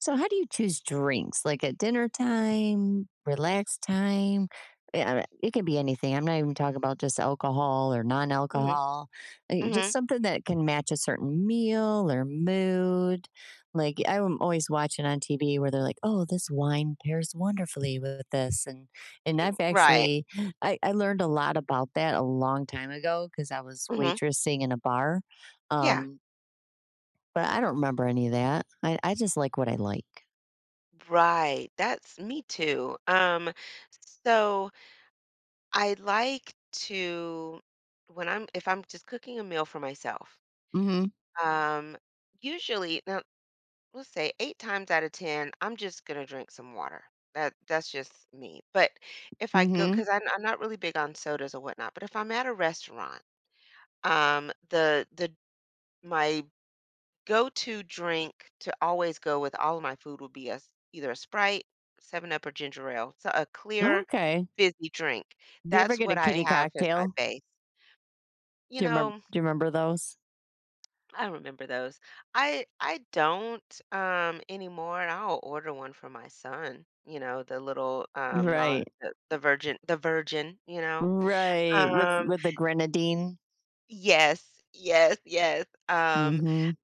So how do you choose drinks? Like at dinner time, relax time? It can be anything. I'm not even talking about just alcohol or non Mhm, alcohol. Like just mhm. something that can match a certain meal or mood. Like I'm always watching on TV where they're like, oh, this wine pairs wonderfully with this. And I've Right. actually I learned a lot about that a long time ago because I was Mhm. waitressing in a bar. Yeah. Um, but I don't remember any of that. I just like what I like. Right. That's me too. So I like to when I'm if I'm just cooking a meal for myself, hmm um, usually now let's say eight times out of ten, I'm just gonna drink some water. That's just me. But if I go, Mhm. because I'm not really big on sodas or whatnot, but if I'm at a restaurant, the my go-to drink to always go with all of my food would be a s either a Sprite, 7 Up, or ginger ale, so a clear, Okay. fizzy drink. Do you ever That's get a what I kitty have as my cocktail? base. You Do you remember? know, Do you remember those? I remember those. I don't anymore, and I'll order one for my son, you know, the little, non Right. The virgin, you know? Right, with Um the grenadine. Yes, yes, yes, Mhm.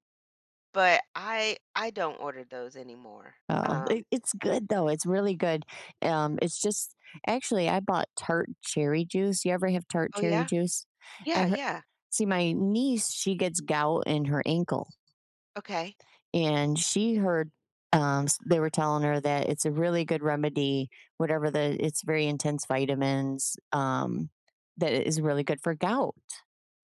but I don't order those anymore. Oh, Um it's good though, it's really good. It's just Actually, I bought tart cherry juice. You ever have tart Oh, cherry yeah? juice? Yeah, I hear yeah. See, my niece, she gets gout in her ankle. Okay. And she heard, they were telling her that it's a really good remedy, whatever the, it's very intense vitamins, that it is really good for gout.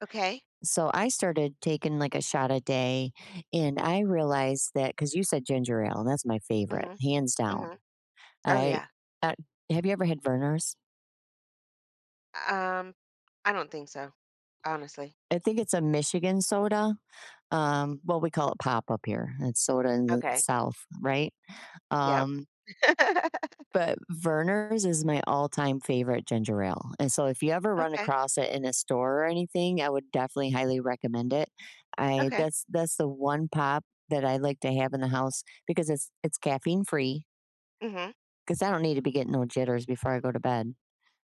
Okay. So I started taking like a shot a day and I realized that because you said ginger ale, and that's my favorite, Mhm. hands down. Mhm. Oh, I, yeah. uh, have you ever had Verner's? Um, I don't think so, honestly. I think it's a Michigan soda. Well, we call it pop up here. It's soda in the Okay. south, right? Yep. um But Verner's is my all-time favorite ginger ale, and so if you ever run Okay. across it in a store or anything, I would definitely highly recommend it. I, Okay. that's the one pop that I like to have in the house because it's caffeine free, Mhm. because I don't need to be getting no jitters before I go to bed.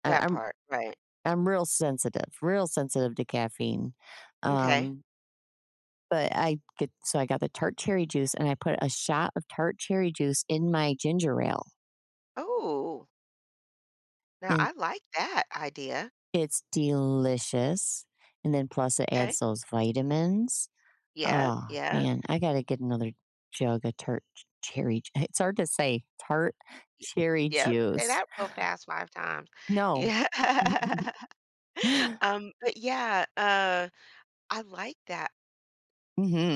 I That I'm part, right. I'm real sensitive to caffeine. Okay. Um, but I get so I got the tart cherry juice and I put a shot of tart cherry juice in my ginger ale, Oh, now and I like that idea. it's delicious, and then plus it Okay. adds those vitamins. Yep, Oh, yep, man, I gotta get another jug of tart cherry j it's hard to say, tart cherry yep. Say juice. that real fast 5 times. No. Yeah. But yeah, I like that.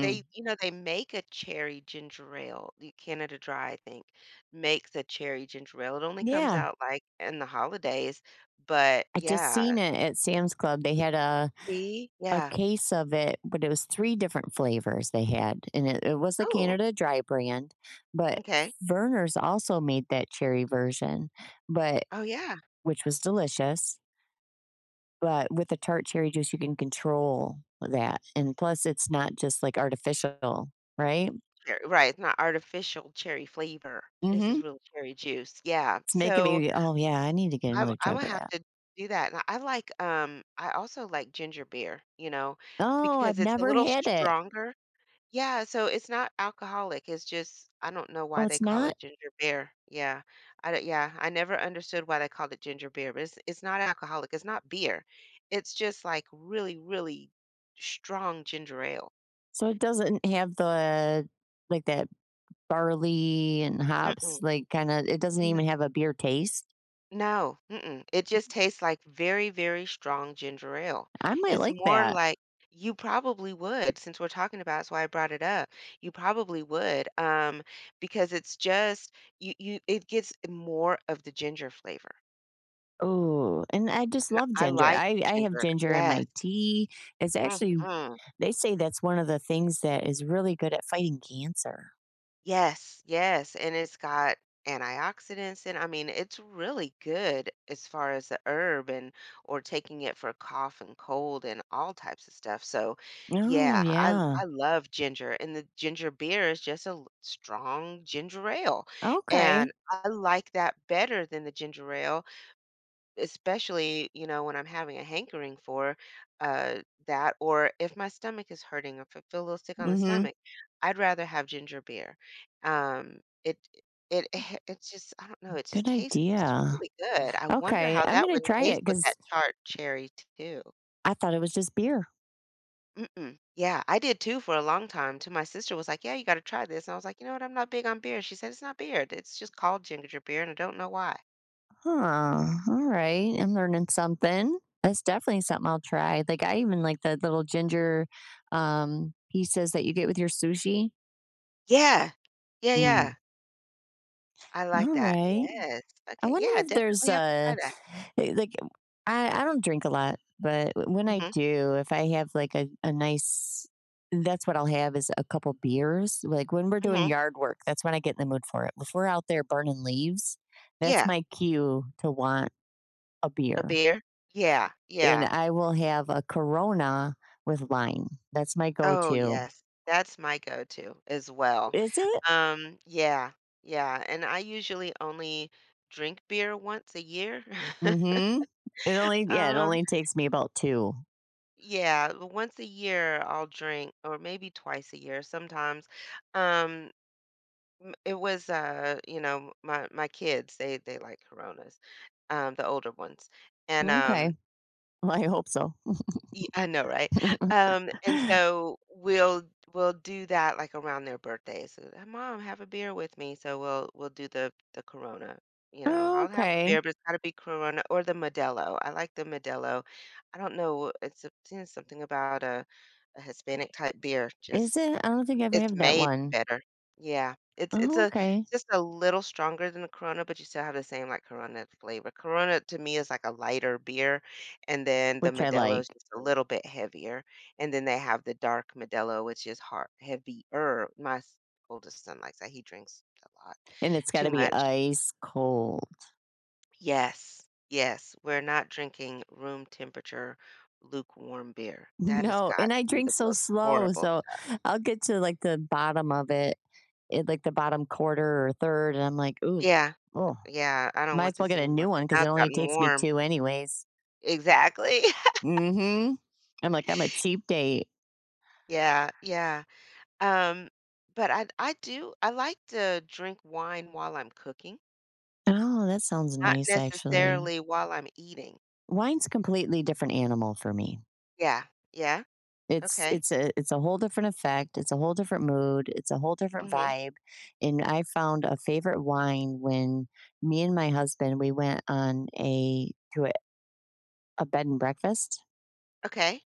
They, you know, they make a cherry ginger ale. The Canada Dry, I think, makes a cherry ginger ale. It only comes Yeah, out, like, in the holidays, but I just yeah. seen it at Sam's Club, they had See? a Yeah. case of it, but it was 3 different flavors they had, and it was the Oh, Canada Dry brand, but okay. Verner's also made that cherry version, but Oh, yeah. which was delicious. But with the tart cherry juice, you can control that, and plus it's not just, like, artificial, right? Cher Right, it's not artificial cherry flavor. This is Mhm. real cherry juice. Yeah. It's making So, me, "Oh, yeah, I need to get I'm another jug Imma of have that." to do that, and I like, I also like ginger beer, you know, "Oh, because I've it's a never little had it." stronger. Yeah, so it's not alcoholic, it's just I don't know "Oh, why they it's call not?" it ginger beer. Yeah. I don't yeah, I never understood why they called it ginger beer, but it's not alcoholic, it's not beer. It's just, like, really, really strong ginger ale. So it doesn't have the, like, that barley and hops, Mm-mm. like, kinda it doesn't even have a beer taste? No, mm-mm. It just tastes like very, very strong ginger ale. I might It's like more that. like you probably would, since we're talking about, that's why I brought it up. You probably would, because it's just you, you it gets more of the ginger flavor. Oh, and I just And love I ginger. like I the I have ginger. ginger in Yes. my tea. It's actually hmm they say that's one of the things that is really good at fighting cancer. Yes, yes, and it's got antioxidants, and I mean it's really good as far as the herb and or taking it for cough and cold and all types of stuff. So, Oh, yeah, I yeah. I love ginger and the ginger beer is just a strong ginger ale. Okay. And I like that better than the ginger ale, especially, you know, when I'm having a hankering for uh, that, or if my stomach is hurting, or if I feel a little sick on Mm. the Mhm. stomach, I'd rather have ginger beer. Um, it it's just I don't know. It just Good tastes it's idea. really good. I wonder Okay, how I'm that gonna would try taste it with that because tart cherry too. I thought it was just beer. Mm-mm. Yeah, I did too for a long time. Too, my sister was like, "Yeah, you got to try this," and I was like, "You know what? I'm not big on beer." She said, "It's not beer. It's just called ginger beer, and I don't know why." Huh, all right, I'm learning something. That's definitely something I'll try. Like, I even like the little pieces that you get with your sushi. Yeah, yeah, yeah. Mm. I like All that. right. Yes. I Okay, wonder yeah, I if there's definitely have to try a that. eh, like I don't drink a lot, but when I Mhm, do, if I have like a nice that's what I'll have is a couple beers. Like when we're doing mhm. yard work, that's when I get in the mood for it. If we're out there burning leaves, that's Yeah, my cue to want a a beer. beer. Yeah, And yeah. I will have a Corona with lime. That's my Oh, go-to. yes. That's my go-to as well. Is it? Yeah, yeah, and I usually only drink beer once a year. Mm-hmm. It only yeah, it Um, only takes me about two. yeah, once a year I'll drink or maybe twice a year sometimes. Um, m it was, you know, my kids, they like Coronas, the older ones, and, Okay. Well, I hope so. Y I know, right? And so we'll do that, like, around their birthdays. So, "Hey, mom, have a beer with me." So we'll do the Corona, you know? "I'll have a Okay. beer, but it's gotta be Corona or the Modelo." I like the Modelo. I don't know, it's something about a Hispanic type beer, Is just it? I don't think I've it's had that made one. better. Yeah. Oh, okay. It's just a little stronger than the Corona, but you still have the same, like, Corona flavor. Corona to me is like a lighter beer, and then the Which I Modelo is like. just a little bit heavier, and then they have the dark Modelo, which is hard heavier. My s oldest son likes that, he drinks a lot. And it's gotta Too be much. ice cold. Yes. Yes. We're not drinking room temperature lukewarm beer. That has No, got and to I be drink the so most slow, horrible. so I'll get to, like, the bottom of it, eh, like, the bottom quarter or third, and I'm like, "Ooh, Yeah. oh, Yeah. I don't might want as well this get a new anymore one because because now it it's only gotten takes me warm. 2 anyways." Exactly. Mhm. I'm like, "I'm a cheap date." Yeah, yeah. Um, but I like to drink wine while I'm cooking, Oh, that sounds not nice, actually. necessarily while I'm eating. Wine's completely different animal for me. Yeah, yeah. It's Okay. it's a it's a whole different effect, it's a whole different mood, it's a whole different Mhm. vibe, and I found a favorite wine when me and my husband, we went on a to a a bed and breakfast, Okay.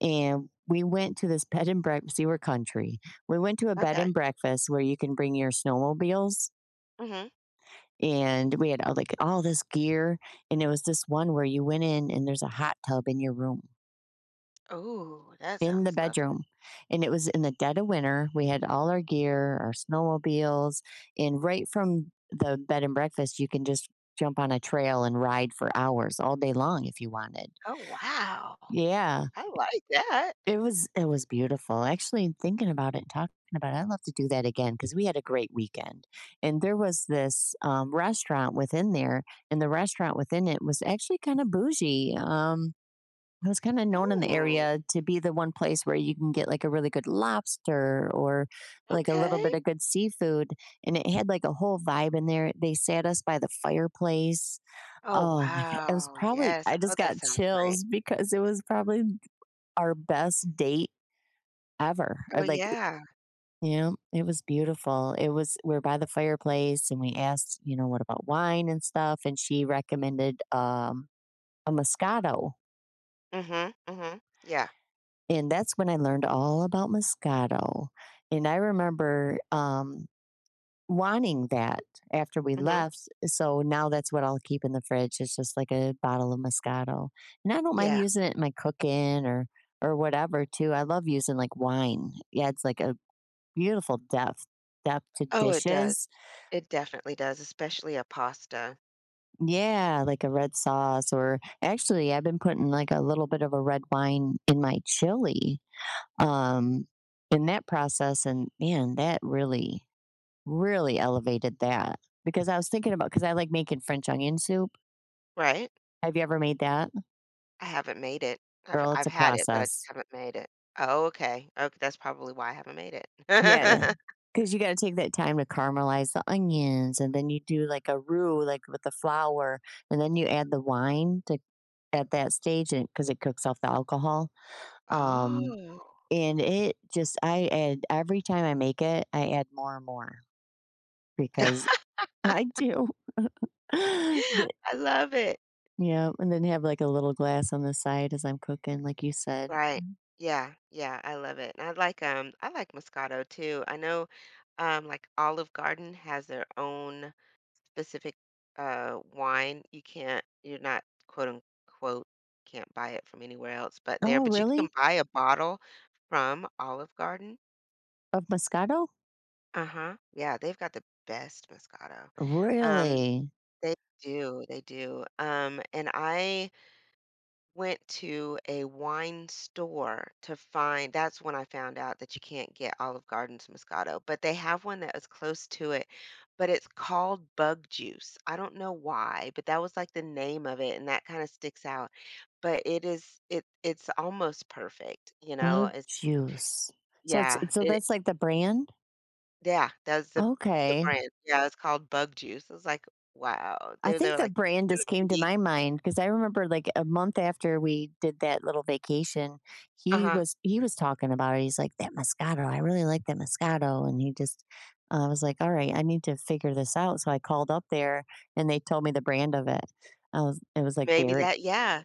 and we went to this bed and breakfast see, we're country. We went to a bed Okay. and breakfast where you can bring your snowmobiles, Mhm. and we had all, like, all this gear, and it was this one where you went in and there's a hot tub in your room. Ooh, that In the sounds lovely. bedroom. And it was in the dead of winter. We had all our gear, our snowmobiles, and right from the bed and breakfast, you can just jump on a trail and ride for hours all day long if you wanted. Oh, wow. Yeah, I like that. it was beautiful. Actually, thinking about it and talking about it, I'd love to do that again because we had a great weekend. And there was this restaurant within there, and the restaurant within it was actually kind of bougie. I was kind of known in the Mm, area to be the one place where you can get like a really good lobster or like a little bit okay. of good seafood. And it had like a whole vibe in there. They sat us by the fireplace. Oh, Oh my God. It was wow. probably, Yes. I Oh, just that got sounds great. chills because it was probably our best date ever. Oh, Or like, yeah. you know, it was beautiful. It was, we are by the fireplace and we asked, you know, what about wine and stuff. And she recommended a Moscato. Mhm. Mhm. Yeah. And that's when I learned all about Moscato. And I remember wanting that after we Mhm. left. So now that's what I'll keep in the fridge. It's just like a bottle of Moscato. And I don't mind Yeah. using it in my cooking or whatever too. I love using like wine. Yeah, it's like a beautiful depth to Oh, it does. dishes. It definitely does, especially a pasta. Yeah, like a red sauce or actually I've been putting like a little bit of a red wine in my chili um, in that process, and man, that really, really elevated that because I was thinking about because I like making French onion soup. Right? Have you ever made that, I haven't made it. I've girl? It's I've a had it, but I just process. haven't made it. Oh, okay. Okay, that's probably why I haven't made it. Yeah, because you got to take that time to caramelize the onions, and then you do like a roux, like with the flour, and then you add the wine to at that stage, and because it cooks off the alcohol. Um, Oh. and it just, I add every time I make it, I add more and more because I do. I The love it. yeah, and then have, like, a little glass on the side as I'm cooking, like you said. Right. Mm. Yeah, yeah, I love it. And I like Moscato too. I know, like Olive Garden has their own specific, wine. You're not quote unquote can't buy it from anywhere else but there, Oh, but you can really? buy a bottle from Olive Garden. Of Moscato? Uh-huh. Yeah, they've got the best Moscato. Um, Really? they do, they do. And I went to a wine store to find that's when I found out that you can't get Olive Garden's Moscato, but they have one that is close to it, but it's called Bug Juice. I don't know why, but that was like the name of it, and that kind of sticks out. But it is it's almost perfect, you know. Bug It's juice. So it's yeah, so it that's, like, the brand? Yeah, that's the Okay. brand. Yeah, it's called Bug Juice. I was like, "Wow." I they were think the like, brand "This just gonna came to be." my mind because I remember like a month after we did that little vacation, he Uh-huh. was he was talking about it. He's like, that Moscato, I really like that Moscato. And he just I was like, all right, I need to figure this out. So I called up there and they told me the brand of it. I was it was like Maybe Ber- that, yeah.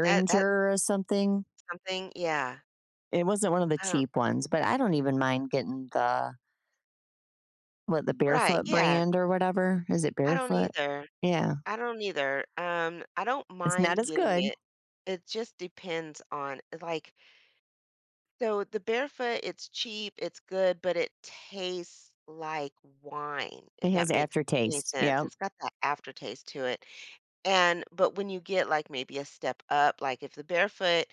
That that's or something. something, yeah. It wasn't one of the I don't cheap ones, but I don't even mind getting the what the Right, barefoot yeah. brand or whatever. Is it I don't barefoot? either. Yeah. I don't either. I don't It's not mind as getting good. it. It just depends on like, so the barefoot, it's cheap, it's good, but it tastes like wine, if It that has makes any aftertaste. sense. Yeah. It's got that aftertaste to it. And but when you get like maybe a step up, like if the barefoot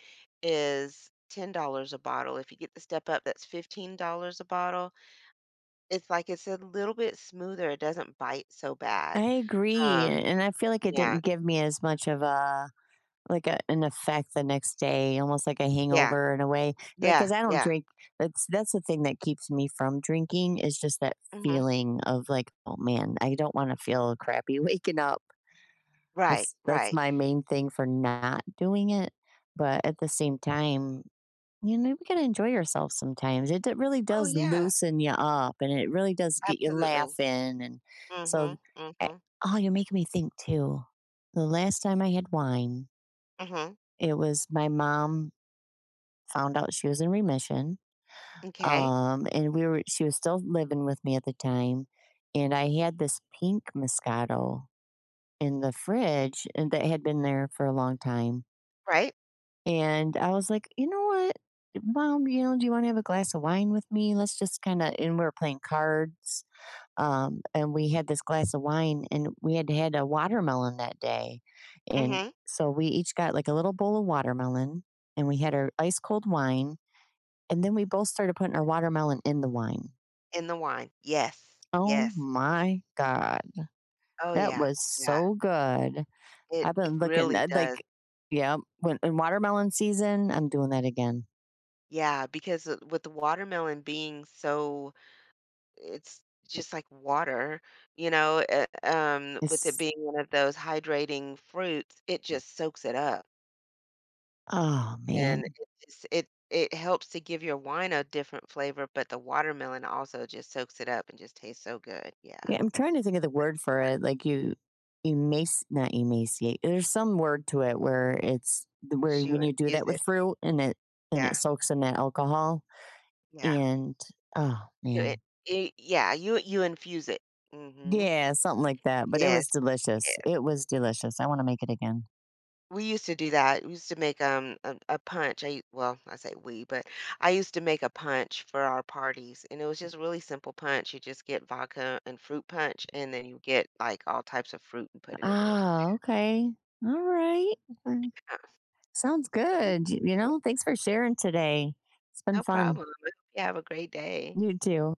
is $10 a bottle, if you get the step up, that's $15 a bottle. It's like it's a little bit smoother. It doesn't bite so bad. I agree, Um, and I feel like it yeah, didn't give me as much of a like a an effect the next day, almost like a yeah, hangover in a way. Like, yeah, because I don't yeah. drink. That's the thing that keeps me from drinking is just that hmm feeling of like, oh man, I don't want to feel crappy waking up. Right, That's right. my main thing for not doing it. But at the same time, you know, we gotta enjoy yourself sometimes. It d really Oh does yeah, loosen you up, and it really does get you absolutely. laughing, and Mm-hmm. so eh Mm-hmm. oh, you're making me think too. The last time I had wine, Mm-hmm. it was my mom found out she was in remission, Okay. And we were she was still living with me at the time, and I had this pink Moscato in the fridge, and that had been there for a long time. Right. And I was like, "You know what? Mom, you know, do you wanna have a glass of wine with me? Let's just kinda" and we were playing cards, and we had this glass of wine, and we had had a watermelon that day, and Mm-hmm. so we each got, like, a little bowl of watermelon, and we had our ice cold wine, and then we both started putting our watermelon in the wine. In the wine. Yes. Oh Yes. my god, Oh that yeah. was Yeah. so good. It I've it been looking really at, does. like yeah, when in watermelon season, I'm doing that again. Yeah, because with the watermelon being so, it's just like water, you know, with it It's being one of those hydrating fruits, it just soaks it up oh and it man. just, it helps to give your wine a different flavor, but the watermelon also just soaks it up and just tastes so good. Yeah, Yeah, I'm trying to think of the word for it. Like you emaciate not emaciate. There's some word to it where it's just where when you you do infuse that with it. fruit and it Yeah, soaks in that alcohol yeah, and oh you, man. You infuse it. Mm-hmm. Yeah, something like that. But it Yes, was delicious. yes. It was delicious. I want to make it again. We used to do that. We used to make a punch. I well, I say we, but I used to make a punch for our parties, and it was just really simple punch. You just get vodka and fruit punch, and then you get like all types of fruit and put it in there. Ah, okay. All right. Mm, Yeah, sounds this- good. Y- You yeah, know, thanks for sharing today. It's been no fun. problem. I hope you have a great day. You too.